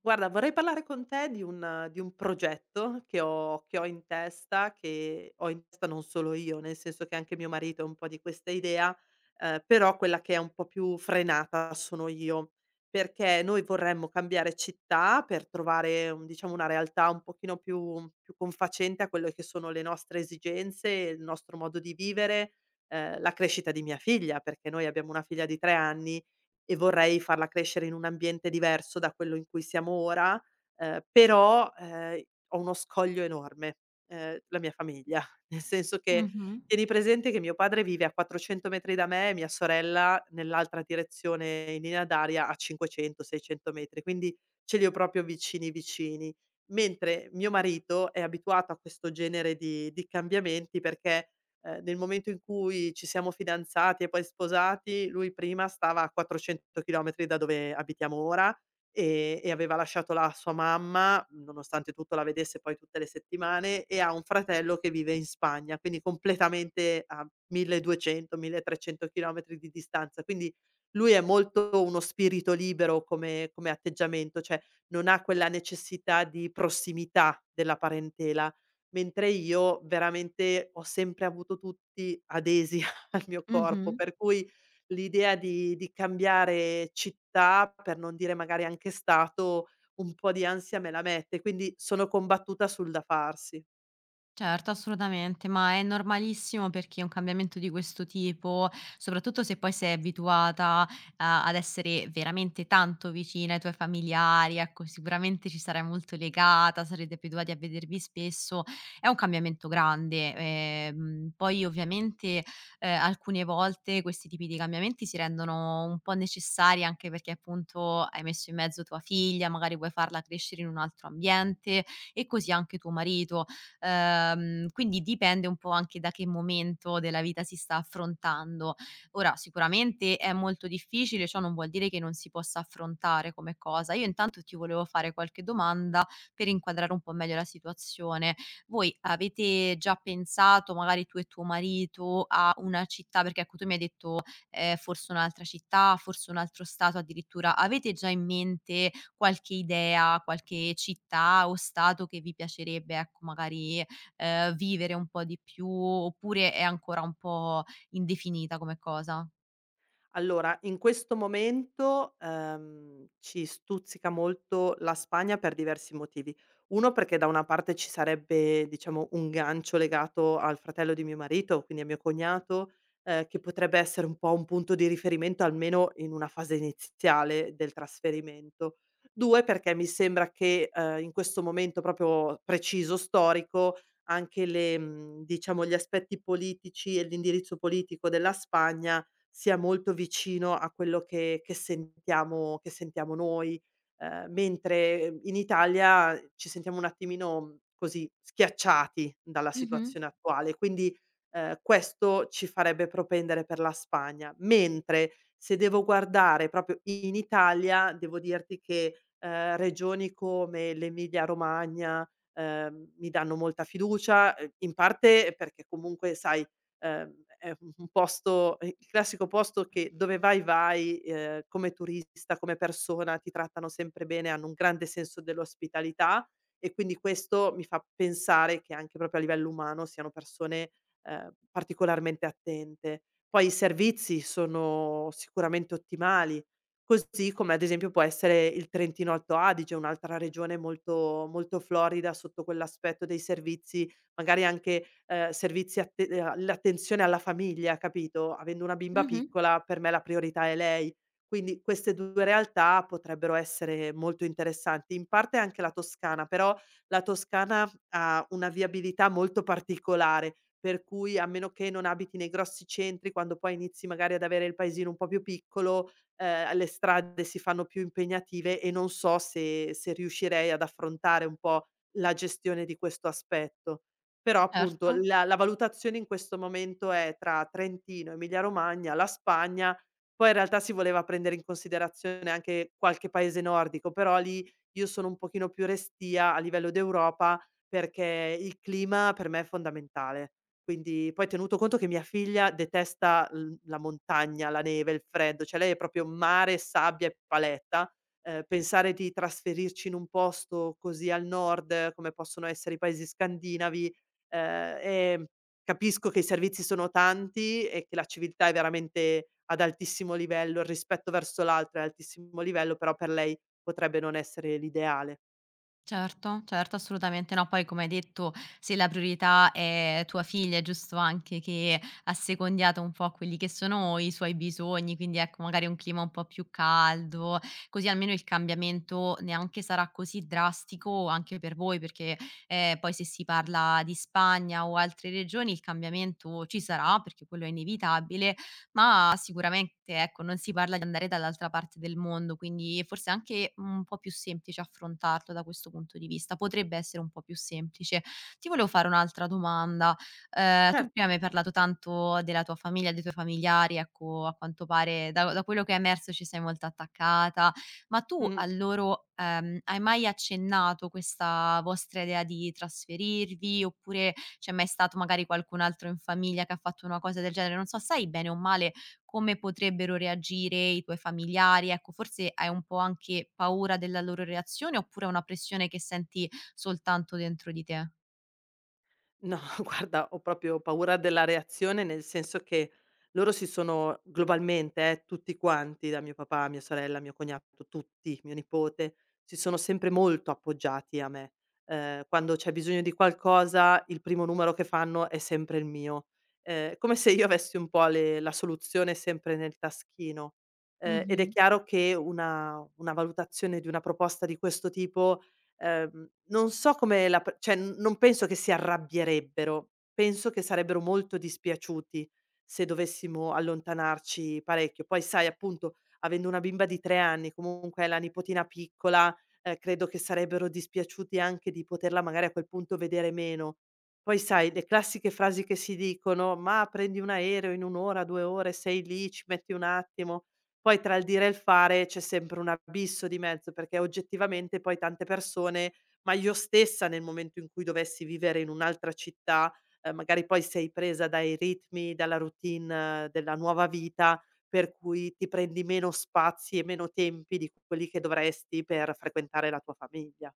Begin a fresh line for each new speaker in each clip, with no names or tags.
Guarda, vorrei parlare con te di un progetto che ho in testa, che ho in testa non solo io, nel senso che anche mio marito ha un po' di questa idea, però quella che è un po' più frenata sono io, perché noi vorremmo cambiare città per trovare un diciamo una realtà un pochino più confacente a quelle che sono le nostre esigenze, il nostro modo di vivere, la crescita di mia figlia, perché noi abbiamo una figlia di 3 anni e vorrei farla crescere in un ambiente diverso da quello in cui siamo ora, però, ho uno scoglio enorme, la mia famiglia. Nel senso che
Mh-mh.
tieni presente che mio padre vive a 400 metri da me e mia sorella nell'altra direzione in linea d'aria a 500, 600 metri, quindi ce li ho proprio vicini, vicini. Mentre mio marito è abituato a questo genere di cambiamenti perché nel momento in cui ci siamo fidanzati e poi sposati, lui prima stava a 400 chilometri da dove abitiamo ora, e aveva lasciato là sua mamma, nonostante tutto la vedesse poi tutte le settimane, e ha un fratello che vive in Spagna, quindi completamente a 1200, 1300 chilometri di distanza. Quindi lui è molto uno spirito libero come atteggiamento, cioè non ha quella necessità di prossimità della parentela. Mentre io veramente ho sempre avuto tutti adesi al mio
Mh-mh.
corpo, per cui l'idea di cambiare città, per non dire magari anche stato, un po' di ansia me la mette, quindi sono combattuta sul da farsi.
Certo, assolutamente, ma è normalissimo perché un cambiamento di questo tipo, soprattutto se poi sei abituata a ad essere veramente tanto vicina ai tuoi familiari, ecco, sicuramente ci sarai molto legata, sarete abituati a vedervi spesso, è un cambiamento grande. Poi ovviamente, alcune volte questi tipi di cambiamenti si rendono un po' necessari anche perché appunto hai messo in mezzo tua figlia, magari vuoi farla crescere in un altro ambiente e così anche tuo marito. Quindi dipende un po' anche da che momento della vita si sta affrontando. Ora sicuramente è molto difficile, ciò non vuol dire che non si possa affrontare come cosa. Io intanto ti volevo fare qualche domanda per inquadrare un po' meglio la situazione. Voi avete già pensato, magari tu e tuo marito, a una città perché ecco tu mi hai detto forse un'altra città, forse un altro stato addirittura. Avete già in mente qualche idea, qualche città o stato che vi piacerebbe, ecco, magari, vivere un po' di più, oppure è ancora un po' indefinita come cosa?
Allora, in questo momento, ci stuzzica molto la Spagna per diversi motivi. Uno perché da una parte ci sarebbe, diciamo, un gancio legato al fratello di mio marito, quindi a mio cognato, che potrebbe essere un po' un punto di riferimento, almeno in una fase iniziale del trasferimento. 2 perché mi sembra che, in questo momento proprio preciso, storico, anche diciamo gli aspetti politici e l'indirizzo politico della Spagna sia molto vicino a quello che sentiamo noi, mentre in Italia ci sentiamo un attimino così schiacciati dalla
Mh-mh.
situazione attuale. Quindi, questo ci farebbe propendere per la Spagna. Mentre se devo guardare proprio in Italia, devo dirti che, regioni come l'Emilia Romagna, mi danno molta fiducia, in parte perché comunque sai, Ehm, è il classico posto che dove vai, vai, come turista, come persona, ti trattano sempre bene, hanno un grande senso dell'ospitalità e quindi questo mi fa pensare che anche proprio a livello umano siano persone, particolarmente attente. Poi i servizi sono sicuramente ottimali, così come ad esempio può essere il Trentino Alto Adige, un'altra regione molto molto florida sotto quell'aspetto dei servizi magari anche, servizi atte l'attenzione alla famiglia, capito? Avendo una bimba
Mh-mh.
piccola per me la priorità è lei. Quindi queste 2 realtà potrebbero essere molto interessanti. In parte anche la Toscana, però la Toscana ha una viabilità molto particolare, per cui a meno che non abiti nei grossi centri, quando poi inizi magari ad avere il paesino un po' più piccolo, le strade si fanno più impegnative e non so se riuscirei ad affrontare un po' la gestione di questo aspetto. Però appunto
Certo.
la valutazione in questo momento è tra Trentino, Emilia Romagna, la Spagna, poi in realtà si voleva prendere in considerazione anche qualche paese nordico, però lì io sono un pochino più restia a livello d'Europa, perché il clima per me è fondamentale. Quindi poi tenuto conto che mia figlia detesta l la montagna, la neve, il freddo, cioè lei è proprio mare, sabbia e paletta, pensare di trasferirci in un posto così al nord come possono essere i paesi scandinavi. E capisco che i servizi sono tanti e che la civiltà è veramente ad altissimo livello, il rispetto verso l'altro è ad altissimo livello, però per lei potrebbe non essere l'ideale.
Certo, certo, assolutamente no. Poi come hai detto, se la priorità è tua figlia, è giusto anche che assecondiate un po' quelli che sono i suoi bisogni, quindi ecco, magari un clima un po' più caldo, così almeno il cambiamento neanche sarà così drastico anche per voi, perché poi se si parla di Spagna o altre regioni il cambiamento ci sarà, perché quello è inevitabile, ma sicuramente, ecco, non si parla di andare dall'altra parte del mondo, quindi forse è anche un po' più semplice affrontarlo da questo punto di vista, potrebbe essere un po' più semplice. Ti volevo fare un'altra domanda. Tu
Cer
prima mi hai parlato tanto della tua famiglia, dei tuoi familiari, ecco, a quanto pare da quello che è emerso ci sei molto attaccata, ma tu
Mh-mh.
a loro, hai mai accennato questa vostra idea di trasferirvi, oppure c'è mai stato magari qualcun altro in famiglia che ha fatto una cosa del genere? Non so, sai bene o male come potrebbero reagire i tuoi familiari? Ecco, forse hai un po' anche paura della loro reazione oppure è una pressione che senti soltanto dentro di te?
No, guarda, ho proprio paura della reazione, nel senso che loro si sono globalmente, tutti quanti, da mio papà, mia sorella, mio cognato, tutti, mio nipote, si sono sempre molto appoggiati a me. Quando c'è bisogno di qualcosa, il primo numero che fanno è sempre il mio. È come se io avessi un po' le la soluzione sempre nel taschino. Ed è
Mh-mh.
chiaro che una valutazione di una proposta di questo tipo. Non so come la p cioè non penso che si arrabbierebbero, penso che sarebbero molto dispiaciuti se dovessimo allontanarci parecchio. Poi sai appunto, avendo una bimba di 3 anni, comunque è la nipotina piccola, credo che sarebbero dispiaciuti anche di poterla magari a quel punto vedere meno. Poi sai, le classiche frasi che si dicono: "Ma prendi un aereo in 1 ora, 2 ore, sei lì, ci metti un attimo". Poi tra il dire e il fare c'è sempre un abisso di mezzo, perché oggettivamente poi tante persone, ma io stessa nel momento in cui dovessi vivere in un'altra città, magari poi sei presa dai ritmi, dalla routine della nuova vita, per cui ti prendi meno spazi e meno tempi di quelli che dovresti per frequentare la tua famiglia.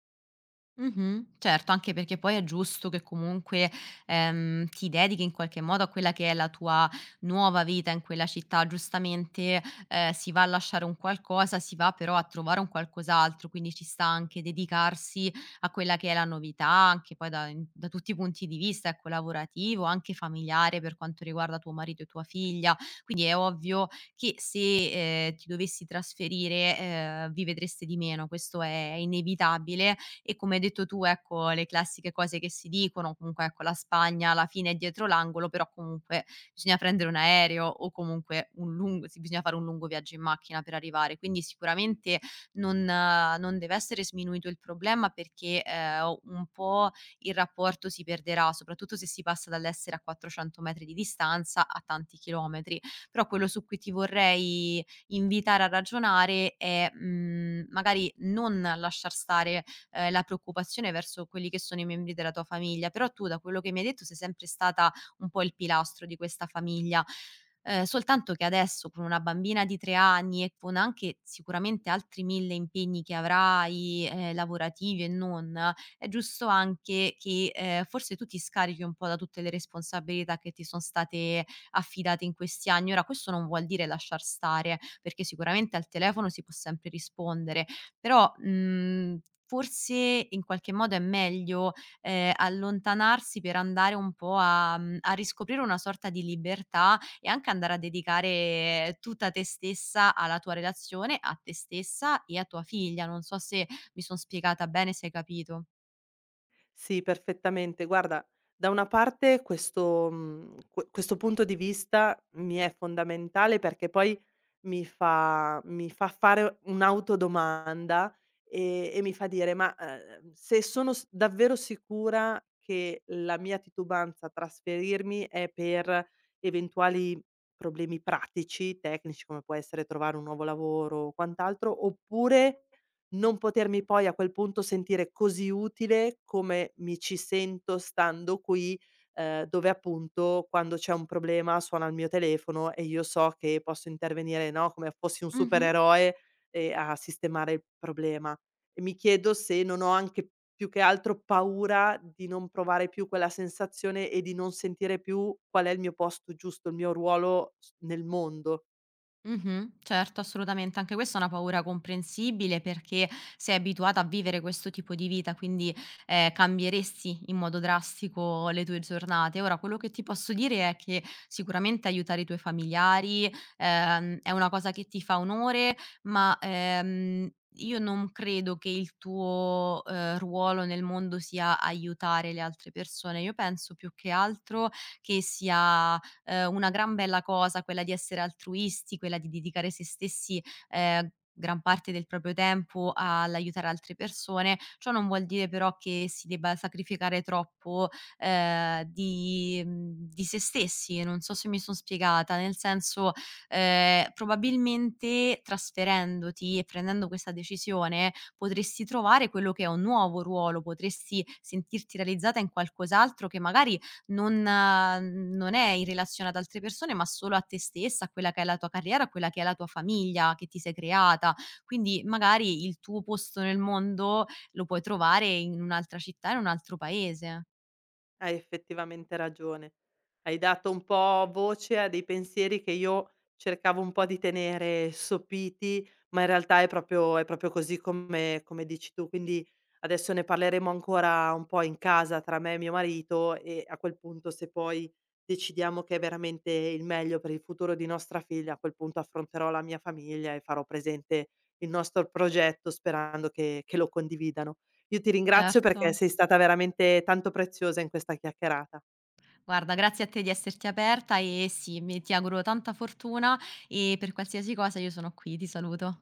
Mh-mh. Certo, anche perché poi è giusto che comunque, ti dedichi in qualche modo a quella che è la tua nuova vita in quella città. Giustamente, si va a lasciare un qualcosa, si va però a trovare un qualcos'altro, quindi ci sta anche dedicarsi a quella che è la novità, anche poi da tutti i punti di vista, ecco, lavorativo, anche familiare per quanto riguarda tuo marito e tua figlia. Quindi è ovvio che se, ti dovessi trasferire, vi vedreste di meno, questo è inevitabile e come hai detto tu, ecco, le classiche cose che si dicono, comunque ecco la Spagna alla fine è dietro l'angolo, però comunque bisogna prendere un aereo o comunque un lungo sì, bisogna fare un lungo viaggio in macchina per arrivare. Quindi sicuramente non deve essere sminuito il problema perché, un po' il rapporto si perderà, soprattutto se si passa dall'essere a 400 metri di distanza a tanti chilometri. Però quello su cui ti vorrei invitare a ragionare è, magari non lasciar stare la preoccupazione verso quelli che sono i membri della tua famiglia, però tu da quello che mi hai detto sei sempre stata un po' il pilastro di questa famiglia, soltanto che adesso con una bambina di 3 anni e con anche sicuramente altri 1000 impegni che avrai, lavorativi e non, è giusto anche che, forse tu ti scarichi un po' da tutte le responsabilità che ti son state affidate in questi anni. Ora questo non vuol dire lasciar stare, perché sicuramente al telefono si può sempre rispondere, però, forse in qualche modo è meglio, allontanarsi per andare un po' a a riscoprire una sorta di libertà e anche andare a dedicare tutta te stessa alla tua relazione, a te stessa e a tua figlia. Non so se mi son spiegata bene, se hai capito.
Sì, perfettamente. Guarda, da una parte questo mhmm, que questo punto di vista mi è fondamentale perché poi mi fa fare un'autodomanda, e mi fa dire: "Ma, se sono s davvero sicura che la mia titubanza a trasferirmi è per eventuali problemi pratici, tecnici, come può essere trovare un nuovo lavoro o quant'altro, oppure non potermi poi a quel punto sentire così utile come mi ci sento stando qui, dove appunto quando c'è un problema suona il mio telefono e io so che posso intervenire, no, come fossi un
Mh-mh.
supereroe, a sistemare il problema. E mi chiedo se non ho anche più che altro paura di non provare più quella sensazione e di non sentire più qual è il mio posto giusto, il mio ruolo s nel mondo.
Mh-mh. Certo, assolutamente. Anche questa è una paura comprensibile perché sei abituata a vivere questo tipo di vita, quindi, cambieresti in modo drastico le tue giornate. Ora quello che ti posso dire è che sicuramente aiutare i tuoi familiari, è una cosa che ti fa onore, ma, io non credo che il tuo, ruolo nel mondo sia aiutare le altre persone. Io penso più che altro che sia una gran bella cosa quella di essere altruisti, quella di dedicare se stessi, ehm, gran parte del proprio tempo all'aiutare altre persone. Ciò non vuol dire però che si debba sacrificare troppo, di di se stessi, non so se mi son spiegata, nel senso, probabilmente trasferendoti e prendendo questa decisione potresti trovare quello che è un nuovo ruolo, potresti sentirti realizzata in qualcos'altro che magari non è in relazione ad altre persone, ma solo a te stessa, a quella che è la tua carriera, a quella che è la tua famiglia che ti sei creata. Quindi magari il tuo posto nel mondo lo puoi trovare in un'altra città, in un altro paese.
Hai effettivamente ragione. Hai dato un po' voce a dei pensieri che io cercavo un po' di tenere sopiti, ma in realtà è proprio così come dici tu. Quindi adesso ne parleremo ancora un po' in casa tra me e mio marito e a quel punto se poi decidiamo che è veramente il meglio per il futuro di nostra figlia, a quel punto affronterò la mia famiglia e farò presente il nostro progetto sperando che lo condividano. Io ti ringrazio
Certo.
perché sei stata veramente tanto preziosa in questa chiacchierata.
Guarda, grazie a te di esserti aperta e sì, mi ti auguro tanta fortuna e per qualsiasi cosa io sono qui, ti saluto.